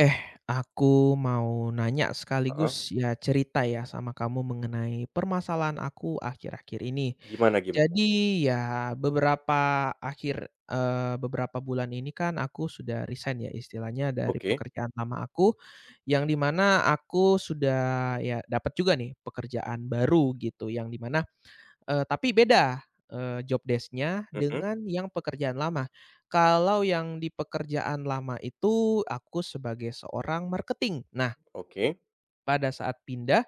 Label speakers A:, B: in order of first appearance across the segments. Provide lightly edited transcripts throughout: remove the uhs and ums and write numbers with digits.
A: Eh, aku mau nanya
B: Heeh,
A: sekaligus ya cerita ya sama kamu mengenai permasalahan aku akhir-akhir ini.
B: gimana gimana?
A: Jadi ya beberapa akhir beberapa bulan ini kan aku sudah resign ya istilahnya dari
B: Oke,
A: pekerjaan lama aku, yang dimana aku sudah ya dapat juga nih pekerjaan baru gitu, yang dimana. Tapi beda, job desk-nya
B: mhm,
A: dengan yang pekerjaan lama. Kalau yang di pekerjaan lama itu aku sebagai seorang marketing. Nah,
B: oke.
A: pada saat pindah,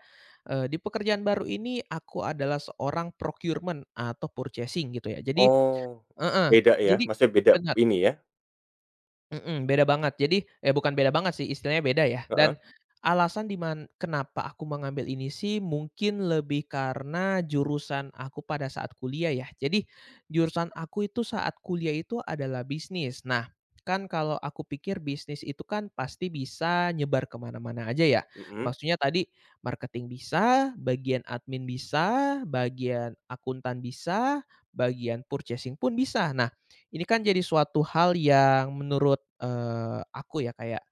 A: di pekerjaan baru ini aku adalah seorang procurement atau purchasing gitu ya. Jadi
B: Oh,
A: heeh,
B: beda ya,
A: jadi
B: maksudnya beda
A: benar.
B: ini ya?
A: Mhm, beda banget. Jadi bukan beda banget sih, istilahnya beda ya. Dan
B: Heeh,
A: alasan di man kenapa aku mengambil ini sih mungkin lebih karena jurusan aku pada saat kuliah ya. Jadi jurusan aku itu saat kuliah itu adalah bisnis. Nah, kan kalau aku pikir bisnis itu kan pasti bisa nyebar kemana mana aja ya.
B: mhm,
A: Maksudnya tadi marketing bisa, bagian admin bisa, bagian akuntan bisa, bagian purchasing pun bisa. Nah ini kan jadi suatu hal yang menurut, aku ya kayak,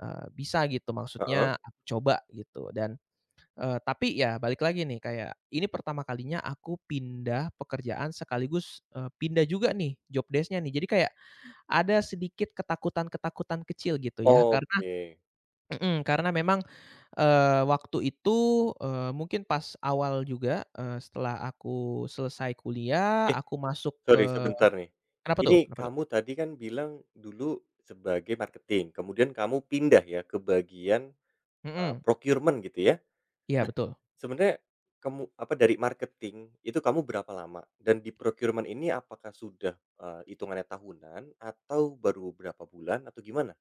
A: bisa gitu
B: heeh,
A: maksudnya aku coba gitu dan, tapi ya balik lagi nih kayak ini pertama kalinya aku pindah pekerjaan sekaligus, pindah juga nih job desk-nya nih. Jadi kayak ada sedikit ketakutan-ketakutan kecil gitu ya karena
B: oke.
A: mhm, karena memang, waktu itu, mungkin pas awal juga, setelah aku selesai kuliah,
B: Eh,
A: aku masuk ke
B: sorry sebentar nih.
A: kenapa tuh
B: Ini
A: kenapa tuh?
B: kamu tadi kan bilang dulu sebagai marketing, kemudian kamu pindah ya ke bagian,
A: Mhm,
B: procurement gitu ya?
A: iya betul.
B: Sebenarnya kamu apa, dari marketing itu kamu berapa lama? Dan di procurement ini apakah sudah, hitungannya tahunan atau baru berapa bulan atau gimana?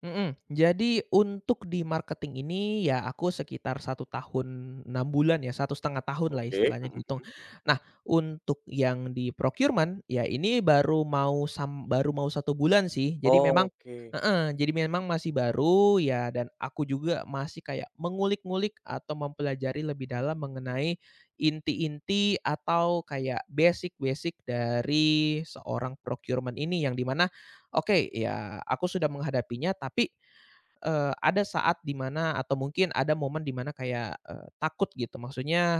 A: Mhm, jadi untuk di marketing ini ya aku sekitar satu tahun 6 bulan ya, satu setengah tahun lah
B: Oke,
A: istilahnya
B: mhm.
A: dihitung. Nah, untuk yang di procurement, ya ini baru mau sam baru mau satu bulan sih. Jadi memang
B: Oke,
A: heeh, jadi memang masih baru ya dan aku juga masih kayak mengulik-ngulik atau mempelajari lebih dalam mengenai inti-inti atau kayak basic-basic dari seorang procurement ini yang di mana oke, ya aku sudah menghadapinya tapi, ada saat di mana atau mungkin ada momen di mana kayak, takut gitu maksudnya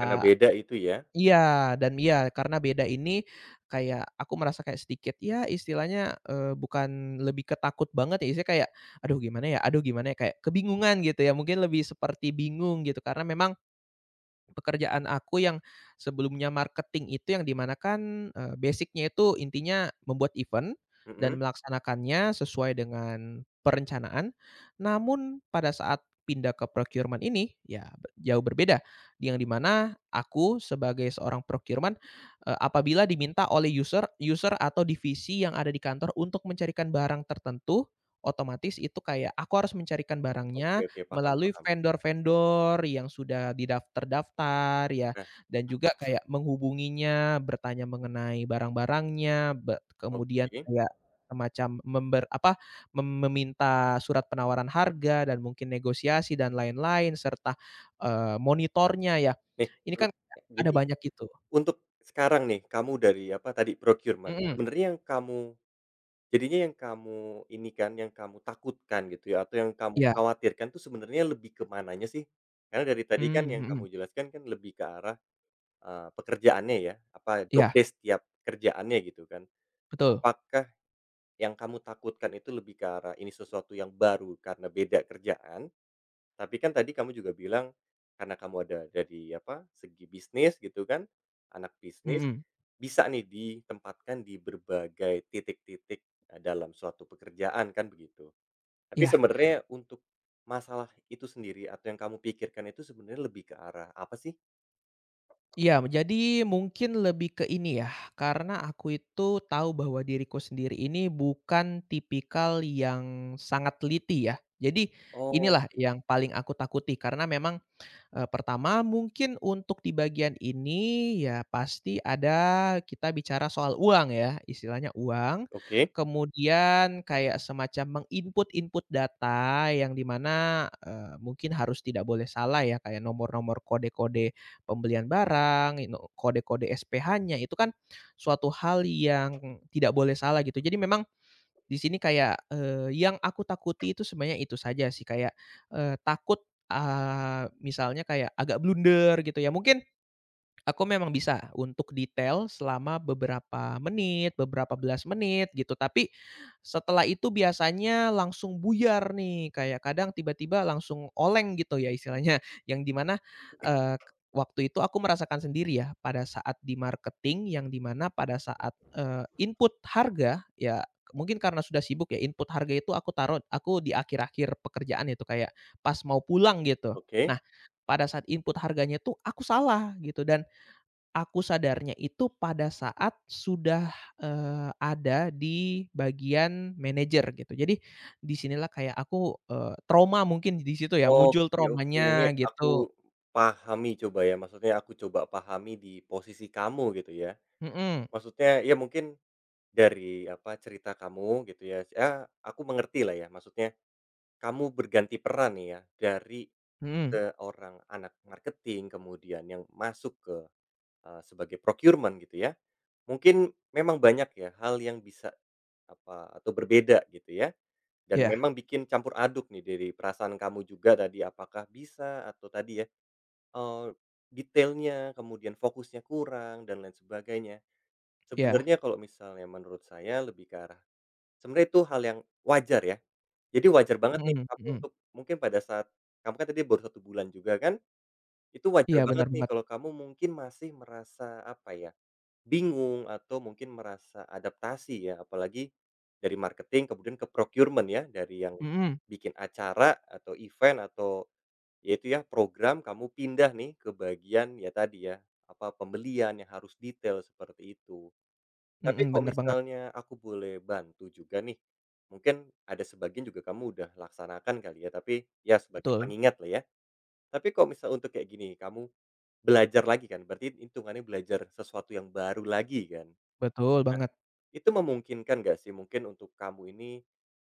B: karena beda itu ya?
A: iya dan iya karena beda ini kayak aku merasa kayak sedikit ya istilahnya, bukan lebih ketakut banget ya istilahnya kayak, "Aduh gimana ya aduh gimana ya?" Kayak kebingungan gitu ya mungkin lebih seperti bingung gitu karena memang, pekerjaan aku yang sebelumnya marketing itu yang di mana kan, basic-nya itu intinya membuat event dan
B: Mhm,
A: melaksanakannya sesuai dengan perencanaan. Namun pada saat pindah ke procurement ini, ya be jauh berbeda, yang di mana aku sebagai seorang procurement, apabila diminta oleh user user atau divisi yang ada di kantor untuk mencarikan barang tertentu, otomatis itu kayak aku harus mencarikan
B: oke
A: barangnya
B: oke, paham
A: melalui
B: paham.
A: vendor-vendor yang sudah didaftar-daftar, ya,
B: Nah,
A: dan juga kayak menghubunginya, bertanya mengenai barang-barangnya, kemudian
B: oke.
A: kayak semacam member apa, mem meminta surat penawaran harga dan mungkin negosiasi dan lain-lain serta, monitornya ya.
B: Nih,
A: Ini kan
B: ya,
A: ada
B: jadi
A: banyak gitu.
B: untuk sekarang nih, kamu dari apa tadi, procurement,
A: Mhm,
B: sebenarnya yang kamu jadinya yang kamu ini kan, yang kamu takutkan gitu ya, atau yang kamu
A: iya.
B: khawatirkan tuh sebenarnya lebih ke mananya sih? Karena dari tadi kan
A: Mmm,
B: yang kamu
A: mhm.
B: jelaskan kan lebih ke arah, pekerjaannya ya, apa job
A: Iya,
B: desk tiap kerjaannya gitu kan.
A: betul.
B: Apakah yang kamu takutkan itu lebih ke arah ini sesuatu yang baru karena beda kerjaan? Tapi kan tadi kamu juga bilang, karena kamu ada dari apa, segi bisnis gitu kan, anak bisnis,
A: Mhm,
B: bisa nih ditempatkan di berbagai titik-titik, dalam suatu pekerjaan kan begitu. Tapi
A: iya.
B: sebenarnya untuk masalah itu sendiri atau yang kamu pikirkan itu sebenarnya lebih ke arah apa sih?
A: Iya, jadi mungkin lebih ke ini ya, karena aku itu tahu bahwa diriku sendiri ini bukan tipikal yang sangat teliti ya. Jadi
B: Oh,
A: inilah
B: gitu.
A: yang paling aku takuti karena memang pertama mungkin untuk di bagian ini ya pasti ada kita bicara soal uang ya, istilahnya uang,
B: Oke
A: kemudian kayak semacam menginput-input data yang dimana mana, mungkin harus tidak boleh salah ya kayak nomor-nomor kode-kode pembelian barang, kode-kode SPH-nya itu kan suatu hal yang tidak boleh salah gitu. Jadi memang di sini kayak, yang aku takuti itu sebenarnya itu saja sih, kayak, takut, misalnya kayak agak blunder gitu ya, mungkin aku memang bisa untuk detail selama beberapa menit, beberapa belas menit gitu, tapi setelah itu biasanya langsung buyar nih, kayak kadang tiba-tiba langsung oleng gitu ya istilahnya, yang dimana mana, waktu itu aku merasakan sendiri ya pada saat di marketing yang dimana pada saat, input harga ya mungkin karena sudah sibuk ya input harga itu aku taruh aku di akhir-akhir pekerjaan itu kayak pas mau pulang gitu.
B: oke.
A: Nah, pada saat input harganya tuh aku salah gitu dan aku sadarnya itu pada saat sudah, eee, ada di bagian manajer gitu. Jadi di sinilah kayak aku, trauma mungkin di situ ya, muncul
B: Oke oke, ini
A: traumanya
B: aku
A: gitu.
B: pahami coba ya, maksudnya aku coba pahami di posisi kamu gitu ya.
A: Mhm
B: Maksudnya ya mungkin dari apa, cerita kamu gitu ya, ya aku mengerti lah ya, maksudnya kamu berganti peran nih ya, dari
A: mhm.
B: seorang anak marketing kemudian yang masuk ke, sebagai procurement gitu ya. Mungkin memang banyak ya hal yang bisa apa, atau berbeda gitu ya, dan
A: Iya
B: memang bikin campur aduk nih dari perasaan kamu juga tadi apakah bisa atau tadi ya, eee, detailnya, kemudian fokusnya kurang dan lain sebagainya.
A: iya.
B: Sebenarnya kalau misalnya menurut saya lebih ke arah sebenarnya itu hal yang wajar ya. Jadi wajar banget nih
A: Mhm
B: kamu
A: mhm.
B: untuk mungkin pada saat kamu kan tadi baru 1 bulan juga kan, itu wajar
A: Iya benar
B: banget nih
A: banget.
B: kalau kamu mungkin masih merasa, apa ya, bingung atau mungkin merasa adaptasi ya, apalagi dari marketing kemudian ke procurement ya, dari yang
A: Mhm
B: bikin acara atau event atau yaitu ya program kamu pindah nih ke bagian ya tadi ya, apa, pembelian yang harus detail seperti itu. Tapi
A: mhm,
B: kok
A: benar banget.
B: misalnya aku boleh bantu juga nih, mungkin ada sebagian juga kamu udah laksanakan kali ya, tapi ya sebagai
A: Betul
B: pengingat lah ya. Tapi kok misal untuk kayak gini, kamu belajar lagi kan, berarti hitungannya belajar sesuatu yang baru lagi kan.
A: betul
B: Nah,
A: banget.
B: itu memungkinkan nggak sih mungkin untuk kamu ini,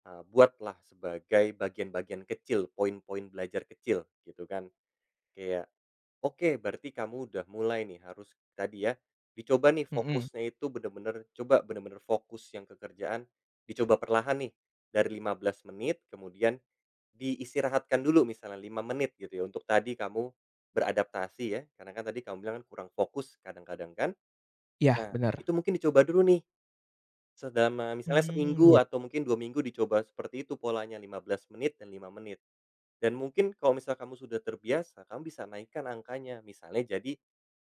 B: buatlah sebagai bagian-bagian kecil, poin-poin belajar kecil gitu kan. Kayak, oke, berarti kamu udah mulai nih harus tadi ya, dicoba nih
A: Mhm.
B: fokusnya itu bener-bener coba bener-bener fokus yang ke kerjaan, dicoba perlahan nih, dari 15 menit kemudian diistirahatkan dulu misalnya 5 menit gitu ya untuk tadi kamu beradaptasi ya, karena kan tadi kamu bilang kan kurang fokus kadang-kadang kan.
A: Ya
B: Nah,
A: benar,
B: itu mungkin dicoba dulu nih selama misalnya
A: mmm,
B: seminggu
A: iya
B: atau mungkin 2 minggu dicoba seperti itu polanya 15 menit dan 5 menit. Dan mungkin kalau misal kamu sudah terbiasa, kamu bisa naikkan angkanya misalnya jadi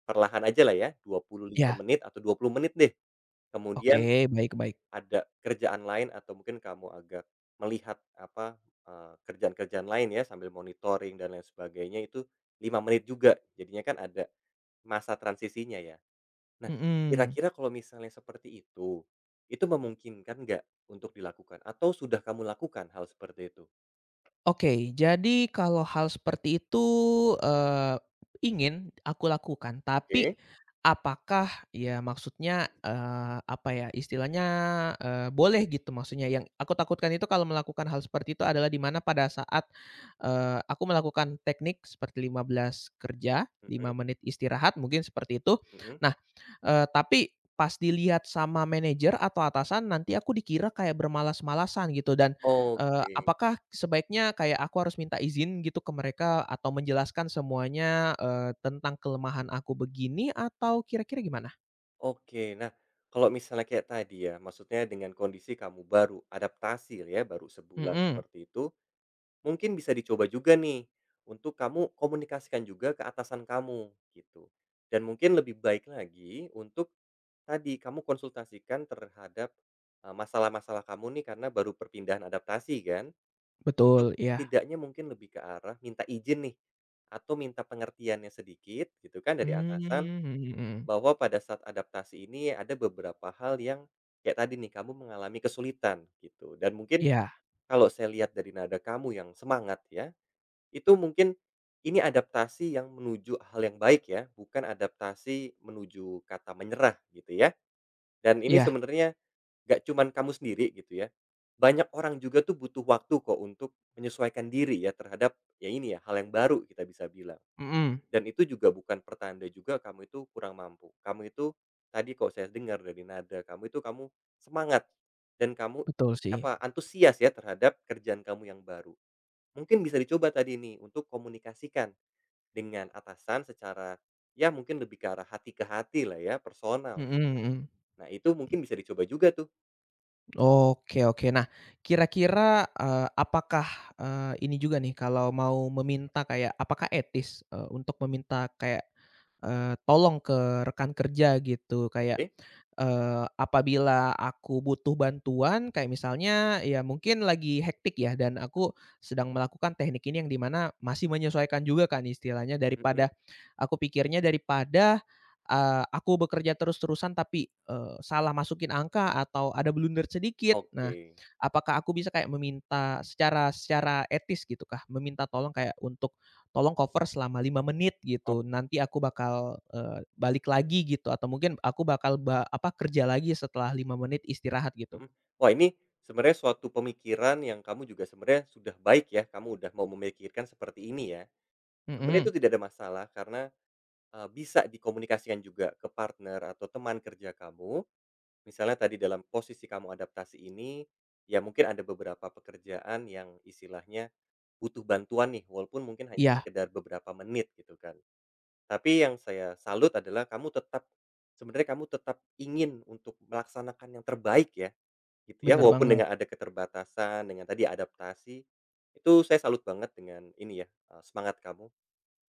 B: perlahan aja lah ya, dua puluh lima
A: ya,
B: menit atau 20 menit deh.
A: oke,
B: Kemudian
A: baik baik.
B: ada kerjaan lain atau mungkin kamu agak melihat apa, kerjaan-kerjaan lain ya sambil monitoring dan lain sebagainya itu 5 menit juga. Jadinya kan ada masa transisinya ya. Nah,
A: Mhm.
B: kira-kira kalau misalnya seperti itu memungkinkan nggak untuk dilakukan atau sudah kamu lakukan hal seperti itu?
A: Oke, jadi kalau hal seperti itu, eee, ingin aku lakukan, tapi
B: Oke.
A: apakah ya maksudnya, apa ya, istilahnya, boleh gitu maksudnya. Yang aku takutkan itu kalau melakukan hal seperti itu adalah di mana pada saat, aku melakukan teknik seperti 15 kerja, 5
B: Mhm
A: menit istirahat, mungkin seperti itu.
B: mhm.
A: Nah, tapi pas dilihat sama manajer atau atasan nanti aku dikira kayak bermalas-malasan gitu dan
B: Oke.
A: apakah sebaiknya kayak aku harus minta izin gitu ke mereka atau menjelaskan semuanya, tentang kelemahan aku begini atau kira-kira gimana?
B: Oke. Nah, kalau misalnya kayak tadi ya, maksudnya dengan kondisi kamu baru adaptasi ya, baru sebulan
A: Mhm,
B: seperti itu, mungkin bisa dicoba juga nih untuk kamu komunikasikan juga ke atasan kamu, gitu. Dan mungkin lebih baik lagi untuk tadi kamu konsultasikan terhadap, masalah-masalah kamu nih karena baru perpindahan adaptasi kan, untuk
A: betul, iya.
B: setidaknya mungkin lebih ke arah minta izin nih, atau minta pengertiannya sedikit gitu kan dari
A: Mmm,
B: atasan,
A: mhm mhm.
B: bahwa pada saat adaptasi ini ada beberapa hal yang kayak tadi nih, kamu mengalami kesulitan gitu dan mungkin
A: Iya
B: kalau saya lihat dari nada kamu yang semangat ya, itu mungkin ini adaptasi yang menuju hal yang baik ya, bukan adaptasi menuju kata menyerah gitu ya. Dan ini
A: iya,
B: sebenarnya gak cuman kamu sendiri gitu ya, banyak orang juga tuh butuh waktu kok untuk menyesuaikan diri ya terhadap ya ini ya, hal yang baru kita bisa bilang.
A: mhm,
B: Dan itu juga bukan pertanda juga kamu itu kurang mampu. Kamu itu tadi kalau saya dengar dari nada kamu itu kamu semangat dan kamu
A: betul sih.
B: apa, antusias ya terhadap kerjaan kamu yang baru. Mungkin bisa dicoba tadi ini untuk komunikasikan dengan atasan secara ya mungkin lebih ke arah hati ke hati lah ya, personal
A: Mhm
B: gitu.
A: mhm.
B: Nah itu mungkin bisa dicoba juga tuh,
A: Oke oke. Nah, kira-kira, apakah, ini juga nih kalau mau meminta kayak apakah etis, untuk meminta kayak, tolong ke rekan kerja gitu? Kayak,
B: oke?
A: apabila aku butuh bantuan kayak misalnya ya mungkin lagi hektik ya dan aku sedang melakukan teknik ini yang dimana masih menyesuaikan juga kan istilahnya
B: Mhm,
A: daripada aku pikirnya daripada, aku bekerja terus-terusan tapi, salah masukin angka atau ada blunder sedikit. Nah,
B: oke.
A: apakah aku bisa kayak meminta secara secara etis gitu kah, meminta tolong kayak untuk, "Tolong cover selama 5 menit,"
B: Oh,
A: gitu, "nanti aku bakal, balik lagi," gitu, atau mungkin aku bakal kerja lagi setelah 5 menit istirahat gitu.
B: mhm. Wah ini sebenarnya suatu pemikiran yang kamu juga sebenarnya sudah baik ya, kamu udah mau memikirkan seperti ini ya. Sebenarnya
A: Mhm,
B: itu tidak ada masalah karena, bisa dikomunikasikan juga ke partner atau teman kerja kamu. Misalnya tadi dalam posisi kamu adaptasi ini, ya mungkin ada beberapa pekerjaan yang istilahnya butuh bantuan nih, walaupun mungkin hanya
A: iya,
B: sekedar beberapa menit gitu kan. Tapi yang saya salut adalah kamu tetap sebenarnya kamu tetap ingin untuk melaksanakan yang terbaik ya, gitu ya,
A: bener
B: walaupun
A: banget.
B: dengan ada keterbatasan, dengan tadi adaptasi, itu saya salut banget dengan ini ya, semangat kamu.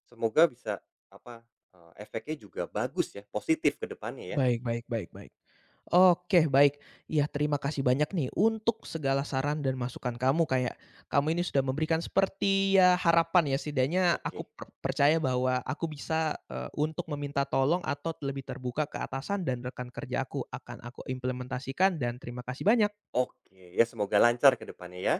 B: Semoga bisa apa, efeknya juga bagus ya, positif ke depannya ya?
A: Baik baik baik baik. Oke, baik. Iya, terima kasih banyak nih untuk segala saran dan masukan kamu. Kayak kamu ini sudah memberikan seperti ya harapan ya, setidaknya aku
B: Oke
A: percaya bahwa aku bisa, untuk meminta tolong atau lebih terbuka ke atasan dan rekan kerja aku. Akan aku implementasikan dan terima kasih banyak.
B: oke, ya semoga lancar ke depannya ya.